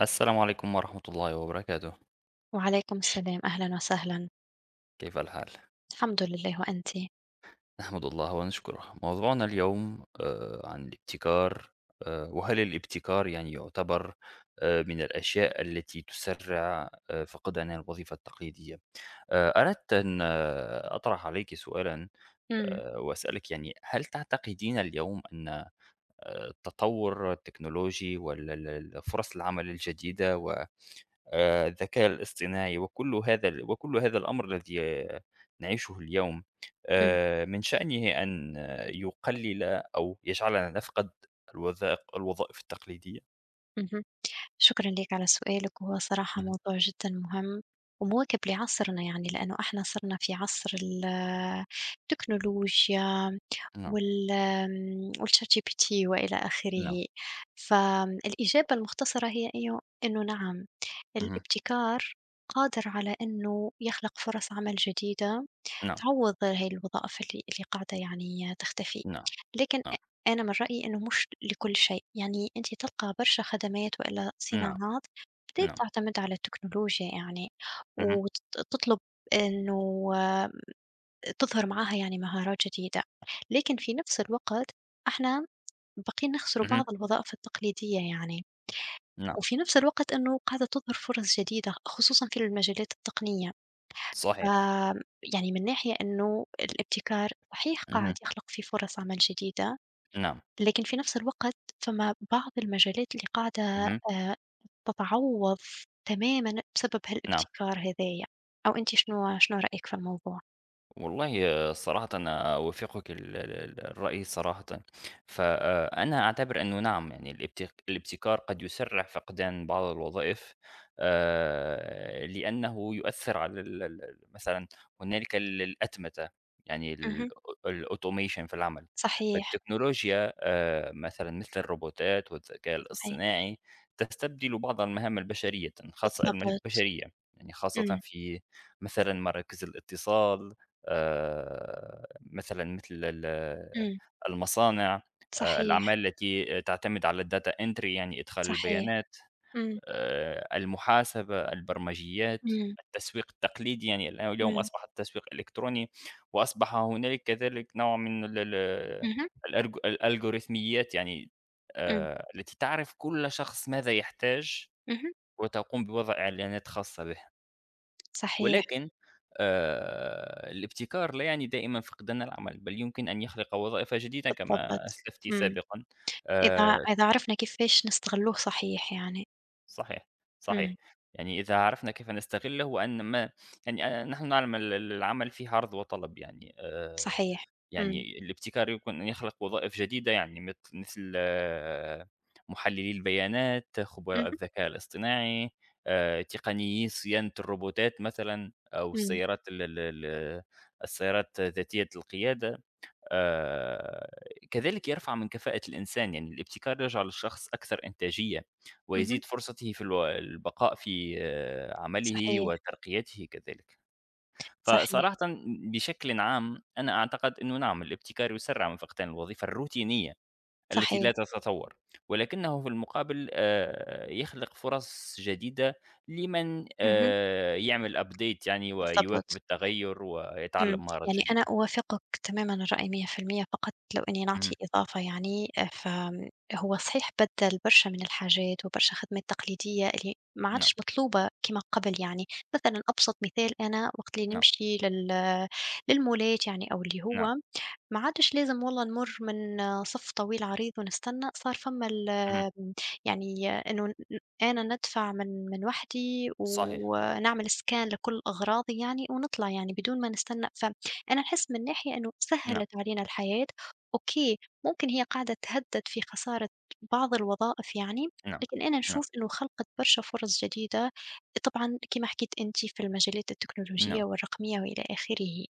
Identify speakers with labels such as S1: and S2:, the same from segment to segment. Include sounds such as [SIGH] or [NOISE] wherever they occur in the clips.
S1: السلام عليكم ورحمة الله وبركاته.
S2: وعليكم السلام، أهلًا وسهلًا.
S1: كيف الحال؟
S2: الحمد لله وأنتِ؟
S1: نحمد الله ونشكره. موضوعنا اليوم عن الابتكار. وهل الابتكار يعني يعتبر من الأشياء التي تسرع فقدان الوظيفة التقليدية. أردت أن أطرح عليك سؤالا.
S2: إمم،
S1: وأسألك، يعني هل تعتقدين اليوم أن التطور التكنولوجي وفرص العمل الجديدة، الذكاء الاصطناعي وكل هذا الأمر الذي نعيشه اليوم،
S2: إمم،
S1: من شأنه أن يقلل أو يجعلنا نفقد الوظائف التقليدية.
S2: اهم. شكرًا ليك على سؤالك، وهو صراحة
S1: اهم،
S2: موضوع جدًا مهم ومواكب لعصرنا يعني، لأنه إحنا صرنا في عصر التكنولوجيا
S1: نعم،
S2: والChatGPT وإلى
S1: نعم،
S2: آخره. فالإجابة المختصرة هي إنه نعم،
S1: اهم،
S2: الابتكار قادر على إنه يخلق فرص عمل جديدة
S1: نعم،
S2: تعوض هاي الوظائف اللي قاعدة يعني تختفي،
S1: نعم،
S2: لكن
S1: نعم،
S2: أنا من رأيي إنه مش لكل شيء، يعني أنتِ تلقى برشا خدمات وإلا
S1: نعم،
S2: صناعات بدأت
S1: نعم،
S2: تعتمد على التكنولوجيا يعني،
S1: اهم،
S2: وت تطلب إنه تظهر معاها يعني مهارات جديدة، لكن في نفس الوقت إحنا باقيين نخسروا
S1: اهم،
S2: بعض الوظائف التقليدية يعني،
S1: نعم،
S2: وفي نفس الوقت إنه قاعدة تظهر فرص جديدة خصوصًا في المجالات التقنية، ف
S1: صحيح،
S2: يعني من ناحية إنه الابتكار صحيح قاعد
S1: اهم،
S2: يخلق في فرص عمل جديدة،
S1: نعم،
S2: لكن في نفس الوقت فما بعض المجالات اللي قاعدة
S1: اهم،
S2: آآ تتعوّض تمامًا بسبب
S1: نعم.
S2: هالابتكار هذايا، أو أنتِ شنو رأيِك في الموضوع؟
S1: والله صراحةً أنا أوافقك ال ال الرأي صراحةً. فأنا أعتبر أنه نعم، يعني الابتكار قد يسرع فقدان بعض الوظائف، لأنه يؤثر على مثلًا هنالك الأتمتة، يعني
S2: اهم.
S1: الautomation في العمل.
S2: صحيح،
S1: فالتكنولوجيا مثلًا مثل الروبوتات والذكاء
S2: صحيح،
S1: الاصطناعي تستبدل بعض المهام البشرية، خاصة
S2: بالضبط.
S1: البشرية، يعني خاصةً
S2: إمم،
S1: في مثلًا مراكز الاتصال، مثلًا مثل
S2: إمم،
S1: المصانع،
S2: صحيح،
S1: الأعمال التي تعتمد على الdata entry، يعني إدخال
S2: صحيح،
S1: البيانات،
S2: إمم،
S1: المحاسبة، البرمجيات،
S2: إمم،
S1: التسويق التقليدي، يعني الآن اليوم
S2: إمم،
S1: أصبح التسويق إلكتروني، وأصبح هنالك كذلك نوع من ال ال
S2: اهم،
S1: الألجوريثميات، يعني
S2: إمم،
S1: التي تعرف كل شخص ماذا يحتاج،
S2: اهم،
S1: وتقوم بوضع إعلانات خاصة به.
S2: صحيح،
S1: ولكن الابتكار لا يعني دائمًا فقدان العمل، بل يمكن أن يخلق وظائف جديدة كما
S2: بالضبط،
S1: أسلفت
S2: إمم،
S1: سابقًا.
S2: إذا
S1: آآ
S2: إذا عرفنا كيفاش نستغلّوه صحيح يعني،
S1: صحيح،
S2: إمم،
S1: صحيح. يعني إذا عرفنا كيف نستغله، وأن ما يعني نحن نعلم ال ال العمل فيه عرض وطلب، يعني
S2: صحيح، إمم،
S1: يعني الابتكار يمكن أن يخلق وظائف جديدة، يعني مثل محللي البيانات،
S2: اهم،
S1: خبراء الذكاء الاصطناعي، تقنيي صيانة الروبوتات مثلًا، أو
S2: إمم،
S1: السيارات ال ال ال السيارات ذاتية القيادة. آآ، كذلك يرفع من كفاءة الإنسان، يعني الابتكار يجعل الشخص أكثر إنتاجية،
S2: اهم،
S1: ويزيد فرصته في البقاء في عمله
S2: صحيح،
S1: وترقيته كذلك.
S2: صحيح،
S1: فصراحةً بشكلٍ عام أنا أعتقد أنه نعم، الابتكار يسرّع من فقدان الوظيفة الروتينية التي
S2: صحيح،
S1: لا تتطور، ولكنه في المقابل يخلق فرص جديدة لمن
S2: اهم.
S1: يعمل update، يعني ويواكب
S2: بالضبط،
S1: التغيّر
S2: إمم،
S1: ويتعلم مهارات
S2: يعني أنا
S1: جديدة.
S2: أوافقك تمامًا الرأي 100% فقط لو إني نعطي
S1: اهم،
S2: إضافة يعني فهو صحيح بدَّل برشا من الحاجات وبرشا خدمات تقليدية اللي ما
S1: نعم،
S2: عادش مطلوبة كيما قبل يعني، مثلًا أبسط مثال أنا وقت اللي
S1: نعم،
S2: نمشي للمولات يعني أو اللي هو
S1: نعم،
S2: ما عادش لازم والله نمُر من صف طويل عريض ونستنى، صار فما ال
S1: اهم.
S2: آه، يعني إنه أنا ندفع من وحدي
S1: صحيح.
S2: ونعمل scan لكل أغراضي يعني ونطلع يعني بدون ما نستنى، فأنا نحس من ناحية إنه
S1: نعم،
S2: سهّلت علينا الحياة، أوكي، ممكن هي قاعدة تهدّد في خسارة بعض الوظائف يعني،
S1: نعم،
S2: لكن أنا
S1: نعم،
S2: نشوف إنه خلقت برشا فرص جديدة، طبعًا كيما حكيت أنتِ في المجالات التكنولوجية
S1: نعم،
S2: والرقمية وإلى آخره.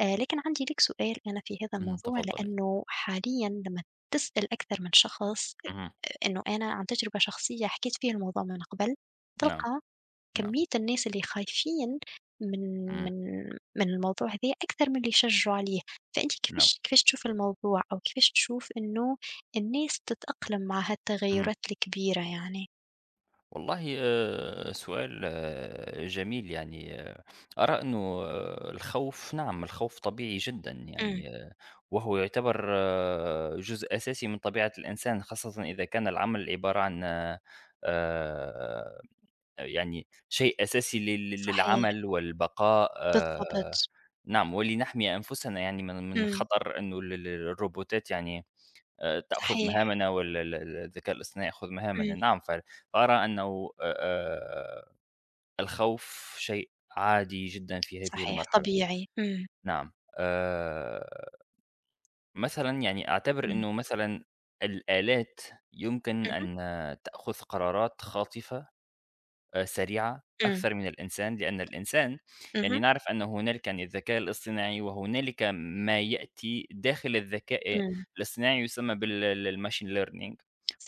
S2: لكن عندي ليك سؤال أنا في هذا
S1: اهم،
S2: الموضوع،
S1: تفضّلي.
S2: لأنه حاليًا لمّا تسأل أكثر من شخص
S1: اهم،
S2: إنه أنا عن تجربة شخصية حكيت فيها الموضوع من قبل،
S1: نعم،
S2: تلقى
S1: نعم،
S2: كمية الناس اللي خايفين من
S1: إمم،
S2: من من الموضوع هذا أكثر من اللي يشجعوا عليه، فأنتِ
S1: نعم،
S2: كيفاش تشوفي الموضوع أو كيفاش تشوف إنه الناس تتأقلم مع
S1: اهم.
S2: هالتغيرات الكبيرة يعني؟
S1: والله سؤال جميل، يعني أرى إنه الخوف، نعم، الخوف طبيعي جدًا،
S2: إمم،
S1: يعني وهو يعتبر جزء أساسي من طبيعة الإنسان، خاصةً إذا كان العمل عبارة عن آآ يعني شيء أساسي لل لل
S2: صحيح،
S1: للعمل والبقاء،
S2: بالضبط،
S1: نعم، ولنحمي أنفسنا يعني من
S2: إمم،
S1: خطر إنه ال ال الروبوتات، يعني تأخذ
S2: صحيح،
S1: مهامنا، وال ال ال الذكاء الاصطناعي يأخذ
S2: إمم،
S1: مهامنا، نعم، ف فأرى أنه الخوف شيء عادي جدًا في هذه
S2: صحيح،
S1: المرحلة.
S2: طبيعي، إمم،
S1: نعم. مثلًا يعني أعتبر
S2: إمم،
S1: إنه مثلًا الآلات يمكن
S2: اهم،
S1: أن تأخذ قرارات خاطفة، سريعة
S2: إمم،
S1: أكثر من الإنسان، لأن الإنسان يعني
S2: اهم.
S1: نعرف أن هنالك يعني الذكاء الاصطناعي، وهنالك ما يأتي داخل الذكاء
S2: إمم،
S1: الاصطناعي يسمى بال ال الmachine learning.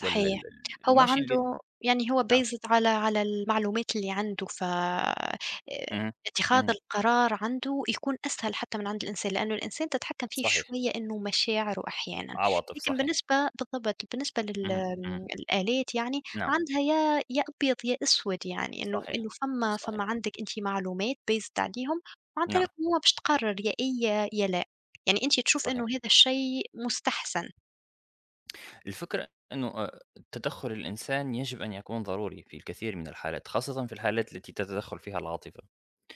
S1: وال ال ال
S2: هو
S1: الmachine learning،
S2: عنده يعني هو
S1: نعم،
S2: based على المعلومات اللي عنده، ف
S1: اهم،
S2: اتخاذ
S1: اهم،
S2: القرار عنده يكون أسهل حتى من عند الإنسان، لأنه الإنسان تتحكم فيه
S1: صحيح،
S2: شوية إنه مشاعره أحيانًا،
S1: عواطف
S2: لكن
S1: صحيح،
S2: بالنسبة بالضبط، بالنسبة لل
S1: اهم، اهم،
S2: آمم، الآلات يعني
S1: نعم،
S2: عندها يا أبيض يا أسود يعني، إنه
S1: صحيح،
S2: إنه فما
S1: صحيح،
S2: عندك أنتِ معلومات based عليهم، وعن
S1: نعم،
S2: طريقهم هو باش تقرر يا إيه يا لا، يعني أنتِ تشوف إنه
S1: صحيح.
S2: هذا الشيء مستحسن.
S1: الفكرة إنه تدخُّل الإنسان يجب أن يكون ضروري في الكثير من الحالات، خاصةً في الحالات التي تتدخّل فيها العاطفة.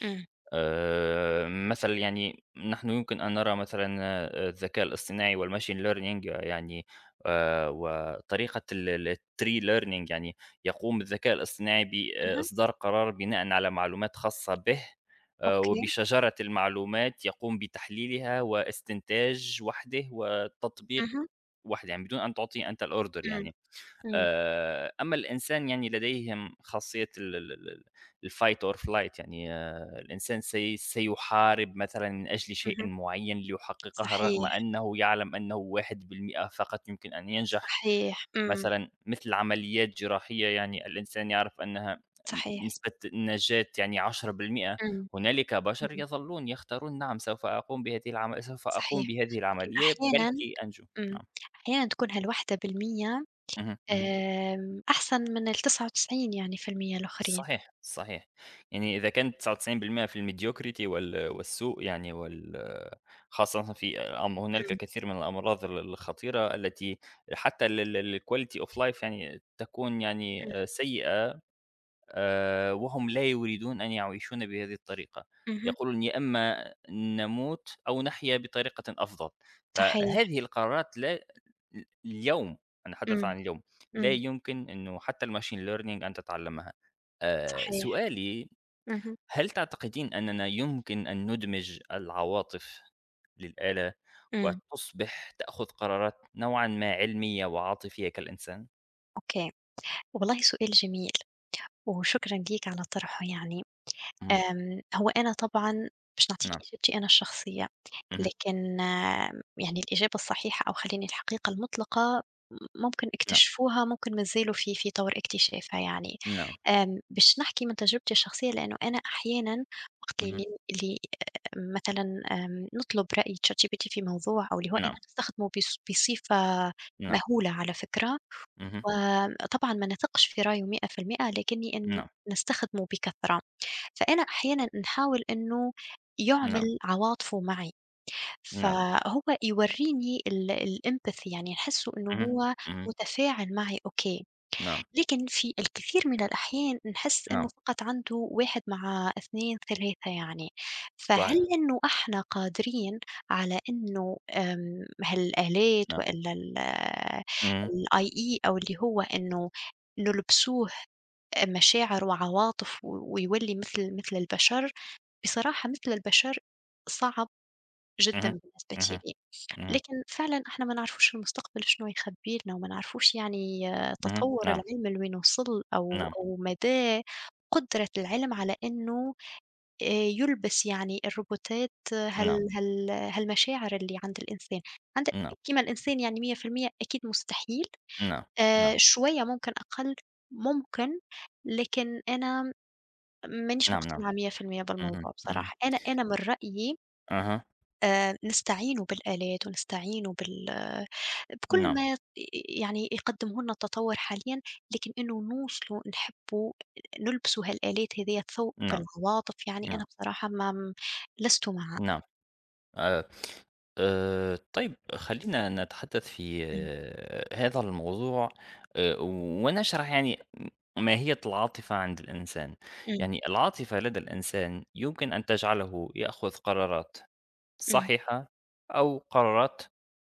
S2: إمم،
S1: مثلًا يعني نحن يمكن أن نرى مثلًا الذكاء الاصطناعي والmachine learning، يعني وطريقة الtree learning، يعني يقوم الذكاء الاصطناعي
S2: اهم،
S1: بإصدار قرار بناءً على معلومات خاصة به،
S2: أوكي.
S1: وبشجرة المعلومات يقوم بتحليلها واستنتاج وحده وتطبيق
S2: اهم،
S1: وحده، يعني بدون أن تعطيه أنت الorder
S2: إمم،
S1: يعني.
S2: إمم،
S1: أمّا الإنسان يعني لديهم خاصية ال ال ال ال الfight or flight، يعني الإنسان سيحارب مثلًا من أجل شيء
S2: اهم،
S1: معيّن ليحققه، رغم
S2: صحيح،
S1: أنه يعلم أنه 1% فقط يمكن أن ينجح،
S2: صحيح، إمم،
S1: مثلًا مثل عمليات جراحية، يعني الإنسان يعرف أنها
S2: صحيح،
S1: نسبة النجاة يعني 10%.
S2: إمم،
S1: هنالك بشر
S2: إمم،
S1: يظلون يختارون نعم، سوف أقوم
S2: صحيح،
S1: بهذه
S2: لكن
S1: العملية
S2: أحيانًا
S1: بلكي أنجو،
S2: إمم،
S1: نعم.
S2: أحيانًا تكون هالوحدة بالمِيّة
S1: اهم، اهم.
S2: أحسن من ال99 يعني في المِيّة الآخرين،
S1: صحيح، صحيح. يعني إذا كانت 99% في الmediocrity وال والسوء يعني خاصةً في هنالك
S2: إمم،
S1: الكثير من الأمراض الخطيرة التي حتى ال ال الquality of life، يعني تكون يعني
S2: إمم،
S1: سيئة، وهم لا يريدون أن يعيشون بهذه الطريقة.
S2: اهم،
S1: يقولون: يا إما نموت أو نحيا بطريقة أفضل.
S2: صحيح،
S1: فهذه القرارات لا، اليوم، هنتحدث
S2: إمم،
S1: عن اليوم، لا
S2: إمم،
S1: يمكن إنه حتى الmachine learning أن تتعلمها.
S2: صحيح،
S1: سؤالي:
S2: اهم،
S1: هل تعتقدين أننا يمكن أن ندمج العواطف للآلة،
S2: إمم،
S1: وتصبح تأخذ قرارات نوعًا ما علمية وعاطفية كالإنسان؟
S2: أوكي، والله سؤال جميل وشكرًا ليك على طرحه يعني.
S1: اهم،
S2: هو أنا طبعًا مش نعطيك
S1: نعم،
S2: إجابتي أنا الشخصية،
S1: اهم،
S2: لكن يعني الإجابة الصحيحة أو خلّيني الحقيقة المطلقة ممكن
S1: نعم،
S2: اكتشفوها، ممكن ما زالوا في طور اكتشافها يعني.
S1: نعم،
S2: باش نحكي من تجربتي الشخصية لأنه أنا أحيانًا وقت
S1: اهم،
S2: اللي مثلًا نطلب رأي ChatGPT في موضوع أو اللي هو أنا
S1: نعم،
S2: نستخدمه بصفة
S1: نعم،
S2: مهولة على فكرة،
S1: اهم،
S2: وطبعًا ما نثقش في رأيه 100% لكني
S1: نعم،
S2: نستخدمه بكثرة. فأنا أحيانًا نحاول إنه يُعمل
S1: نعم،
S2: عواطفه معي،
S1: نعم،
S2: فهو يورّيني الempathy يعني نحسّه إنه
S1: اهم،
S2: هو
S1: اهم،
S2: متفاعل معي أوكي،
S1: نعم،
S2: لكن في الكثير من الأحيان نحس إنه
S1: نعم،
S2: فقط عنده 1 مع 2 3 يعني، فهل
S1: صحيح،
S2: إنه إحنا قادرين على إنه هالآلات
S1: نعم،
S2: وإلا ال
S1: اهم،
S2: الIE أو اللي هو إنه نلبسوه مشاعر وعواطف ويولّي مثل البشر، بصراحة مثل البشر صعب جدًا
S1: اهم،
S2: بالنسبة
S1: اهم،
S2: لي،
S1: اهم،
S2: لكن فعلًا إحنا ما نعرفوش المستقبل شنو يخبّي لنا وما نعرفوش يعني
S1: اهم،
S2: تطوّر
S1: نعم،
S2: العلم لوين وصل أو
S1: نعم،
S2: أو مدى قدرة العلم على إنه يلبس يعني الروبوتات هال
S1: نعم،
S2: هال هالمشاعر اللي عند الإنسان، عند
S1: نعم.
S2: كيما الإنسان يعني 100% أكيد مستحيل،
S1: نعم، نعم،
S2: شوية ممكن أقل ممكن، لكن أنا مانيش
S1: نعم، نعم،
S2: مقتنعة 100%
S1: اهم،
S2: بالموضوع
S1: اهم،
S2: بصراحة، أنا من رأيي
S1: أها،
S2: نستعينوا بالآلات ونستعينوا بكل
S1: نعم،
S2: ما يعني يقدمه لنا التطور حاليًا، لكن إنه نوصلوا نحبوا نلبسوا هالآلات هذيّة ثوب
S1: نعم،
S2: العواطف يعني
S1: نعم،
S2: أنا بصراحة ما م لست مع
S1: نعم. آآ طيب، خلّينا نتحدث في
S2: إمم،
S1: هذا الموضوع، ونشرح يعني ماهية العاطفة عند الإنسان.
S2: إمم،
S1: يعني العاطفة لدى الإنسان يمكن أن تجعله يأخذ قرارات
S2: إمم،
S1: صحيحة أو قرارات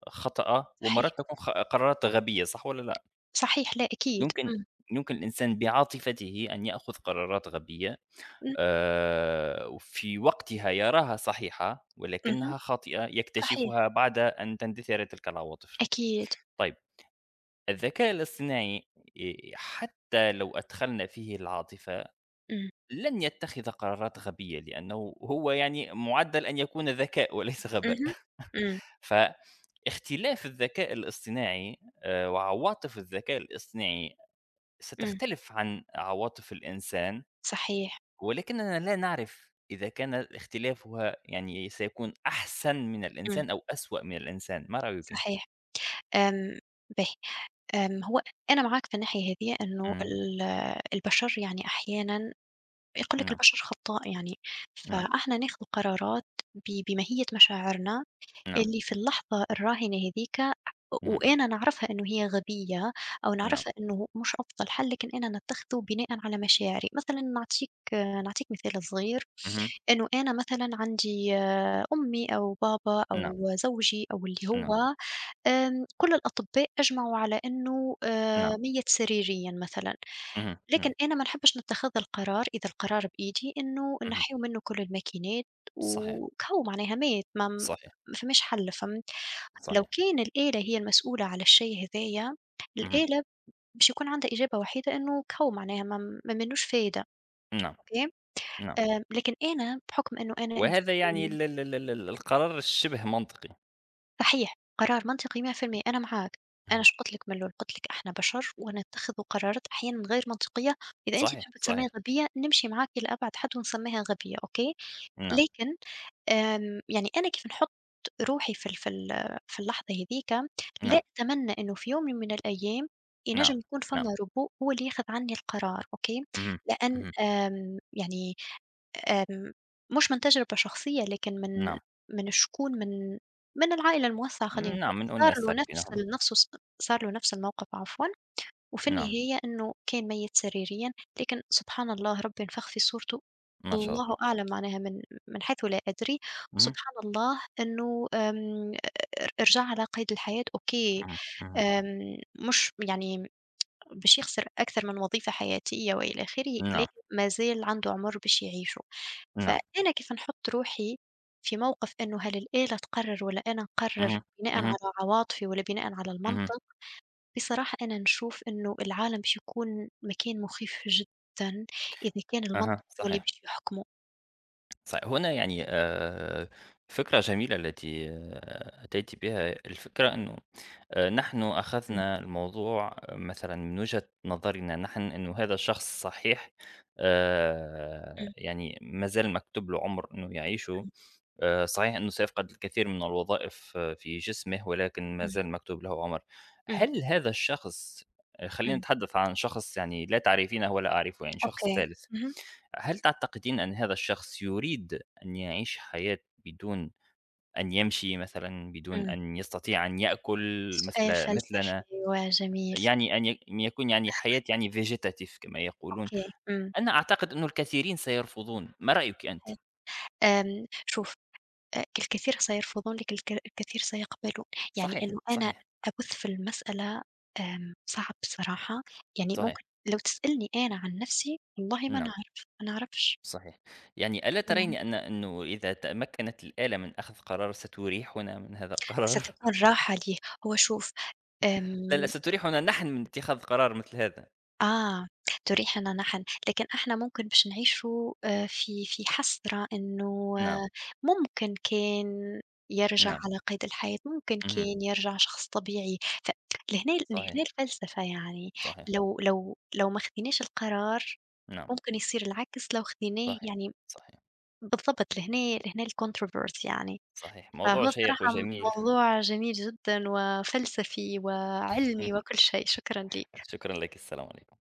S1: خاطئة،
S2: صحيح،
S1: ومرات تكون قرارات غبية، صح والّا لأ؟
S2: صحيح، لا أكيد،
S1: يمكن
S2: إمم،
S1: يمكن الإنسان بعاطفته أن يأخذ قرارات غبية،
S2: إمم،
S1: وفي وقتها يراها صحيحة،
S2: اهم،
S1: ولكنها خاطئة
S2: صحيح،
S1: يكتشفها بعد أن تندثر تلك العواطف.
S2: أكيد،
S1: طيب، الذكاء الاصطناعي، حتى لو أدخلنا فيه العاطفة،
S2: إمم،
S1: لن يتخذ قرارات غبية، لأنه هو يعني مُعدَّل أن يكون ذكاء وليس غباء.
S2: اهم، إمم،
S1: [LAUGHS] فاختلاف الذكاء الاصطناعي، وعواطف الذكاء الاصطناعي
S2: إمم،
S1: ستختلف عن عواطف الإنسان،
S2: صحيح،
S1: ولكننا لا نعرف إذا كان اختلافها يعني سيكون أحسن من
S2: إمم،
S1: الإنسان أو أسوأ من الإنسان. ما رأيِك؟
S2: صحيح، آمم، باهي. هو أنا معاك في الناحية هذه إنه
S1: إمم،
S2: البشر يعني أحيانًا يقول لك
S1: نعم،
S2: البشر خطّاء يعني،
S1: نعم،
S2: فإحنا ناخذ قرارات ب بماهية مشاعرنا
S1: نعم،
S2: اللي في اللحظة الراهنة هذيك
S1: اهم،
S2: وأنا نعرفها إنه هي غبية أو
S1: نعم،
S2: نعرفها إنه مش أفضل حل، لكن أنا نتخذه بناءً على مشاعري، مثلًا نعطيك مثال صغير
S1: اهم،
S2: إنه أنا مثلًا عندي أمي أو بابا
S1: نعم،
S2: أو زوجي أو اللي
S1: نعم،
S2: هو، كل الأطباء أجمعوا على إنه
S1: نعم،
S2: 100 سريريًا مثلًا،
S1: اهم،
S2: لكن
S1: نعم،
S2: أنا ما نحبش نتخذ القرار إذا القرار بإيدي إنه
S1: اهم،
S2: نحيوا منه كل الماكينات
S1: صحيح،
S2: وكهو معناها مات ما
S1: صحيح،
S2: ما فماش حل فهمت؟ لو
S1: صحيح،
S2: كان الآلة هي المسؤولة على الشيء هذايا،
S1: اهم،
S2: الآلة باش يكون عندها إجابة وحيدة إنه كهو معناها ما منوش فايدة،
S1: نعم،
S2: أوكي؟
S1: نعم،
S2: لكن أنا بحكم إنه أنا
S1: وهذا يعني
S2: إنسانة
S1: ال ال ال ال ال القرار الشبه منطقي.
S2: صحيح، قرار منطقي 100% أنا معاك، أنا
S1: اهم،
S2: قُلت لك من الأول، قُلت لك إحنا بشر ونتخذ قرارات أحيانًا غير منطقية، إذا أنتِ
S1: صحيح،
S2: تحبي تسميها
S1: صحيح،
S2: غبية نمشي معاكِ لأبعد حد ونسميها غبية، أوكي؟
S1: نعم،
S2: لكن يعني أنا كيف نحُط روحي في اللحظة هاذيك، لا
S1: نعم،
S2: أتمنى إنه في يوم من الأيام
S1: نعم،
S2: ينجم يكون
S1: نعم،
S2: فما روبوت هو اللي ياخذ عني القرار، أوكي،
S1: اهم،
S2: لأن
S1: اهم،
S2: يعني آمم، مش من تجربة شخصية لكن من
S1: نعم،
S2: من شكون من العائلة الموسعة خلّينا
S1: نعم،
S2: نقول،
S1: من أناس تعرفينهم،
S2: صار له نفس الموقف عفوًا. وفي
S1: نعم،
S2: النهاية إنه كان ميّت سريريًا، لكن سبحان الله ربي نفخ في صورته،
S1: ما شاء
S2: الله
S1: الله،
S2: أعلم معناها من حيث لا أدري،
S1: اهم،
S2: سبحان الله إنه آمم ر رجع على قيد الحياة أوكي،
S1: اهم، اهم،
S2: آمم مش يعني باش يخسر أكثر من وظيفة حياتية وإلى آخره، لكن
S1: نعم.
S2: ما زال عنده عمر باش يعيشه،
S1: نعم.
S2: فأنا كيف نحط روحي في موقف إنه هل الآلة تقرر والّا أنا نقرر
S1: اهم،
S2: بناءً على
S1: اهم،
S2: عواطفي والّا بناءً على
S1: اهم.
S2: المنطق؟ بصراحة أنا نشوف إنه العالم باش يكون مكان مخيف جدًا إذا كان المنطق
S1: أها،
S2: هو اللي
S1: صحيح،
S2: باش يحكمه.
S1: صحيح. هنا يعني فكرة جميلة التي أتيتِ بها. الفكرة إنه نحن
S2: إمم،
S1: أخذنا الموضوع مثلًا من وجهة نظرنا نحن، إنه هذا الشخص صحيح،
S2: إمم،
S1: يعني ما زال مكتوب له عمر إنه يعيشه،
S2: إمم،
S1: صحيح إنه سيفقد الكثير من الوظائف في جسمه، ولكن ما
S2: إمم،
S1: زال مكتوب له عمر.
S2: إمم،
S1: هل هذا الشخص، خلّينا
S2: إمم،
S1: نتحدث عن شخص يعني لا تعرفينه ولا أعرفه، يعني شخص
S2: أوكي.
S1: ثالث.
S2: اهم،
S1: هل تعتقدين أن هذا الشخص يريد أن يعيش حياة بدون أن يمشي مثلًا، بدون
S2: إمم.
S1: أن يستطيع أن يأكل مثل
S2: سؤال فلسفي
S1: مثلنا،
S2: وجميل.
S1: يعني أن يكون يعني حياة يعني vegetative كما يقولون؟
S2: أوكي، إمم،
S1: أنا أعتقد أنه الكثيرين سيرفضون. ما رأيِك أنتِ؟
S2: صحيح. آمم، شوف، الكثير سيرفضون لك الك الكثير سيقبلون، يعني
S1: صحيح،
S2: إنه أنا
S1: صحيح،
S2: أبُث في المسألة صعب بصراحة، يعني ممكن
S1: صحيح،
S2: لو تسألني أنا عن نفسي والله ما
S1: نعم،
S2: نعرف، ما نعرفش،
S1: صحيح، يعني ألا
S2: ما
S1: ترين
S2: نعرف.
S1: أنه إذا تمكنت الآلة من أخذ قرار ستريحنا من هذا القرار؟
S2: ستكون راحة ليه، هو شوف
S1: [LAUGHS] لا، لا،
S2: آمم
S1: ستريحنا نحن من اتخاذ قرار مثل هذا،
S2: آه، تريحنا نحن، لكن إحنا ممكن باش نعيشوا في حسرة إنه
S1: نعم،
S2: ممكن كان يرجع
S1: نعم،
S2: على قيد الحياة، ممكن
S1: اهم،
S2: كان يرجع شخص طبيعي، ف لهنا
S1: صحيح،
S2: الفلسفة يعني،
S1: صحيح،
S2: لو ما خديناش القرار
S1: نعم.
S2: ممكن يصير العكس لو خديناه
S1: صحيح،
S2: يعني
S1: صحيح،
S2: بالضبط لهنا الcontroverse يعني.
S1: صحيح. موضوع
S2: فهو
S1: شيّق
S2: الصراحة
S1: وجميل.
S2: موضوع جميل جدًا وفلسفي وعلمي وكل
S1: [LAUGHS]
S2: شيء، شكرًا ليك.
S1: شكرًا لك، السلام عليكم.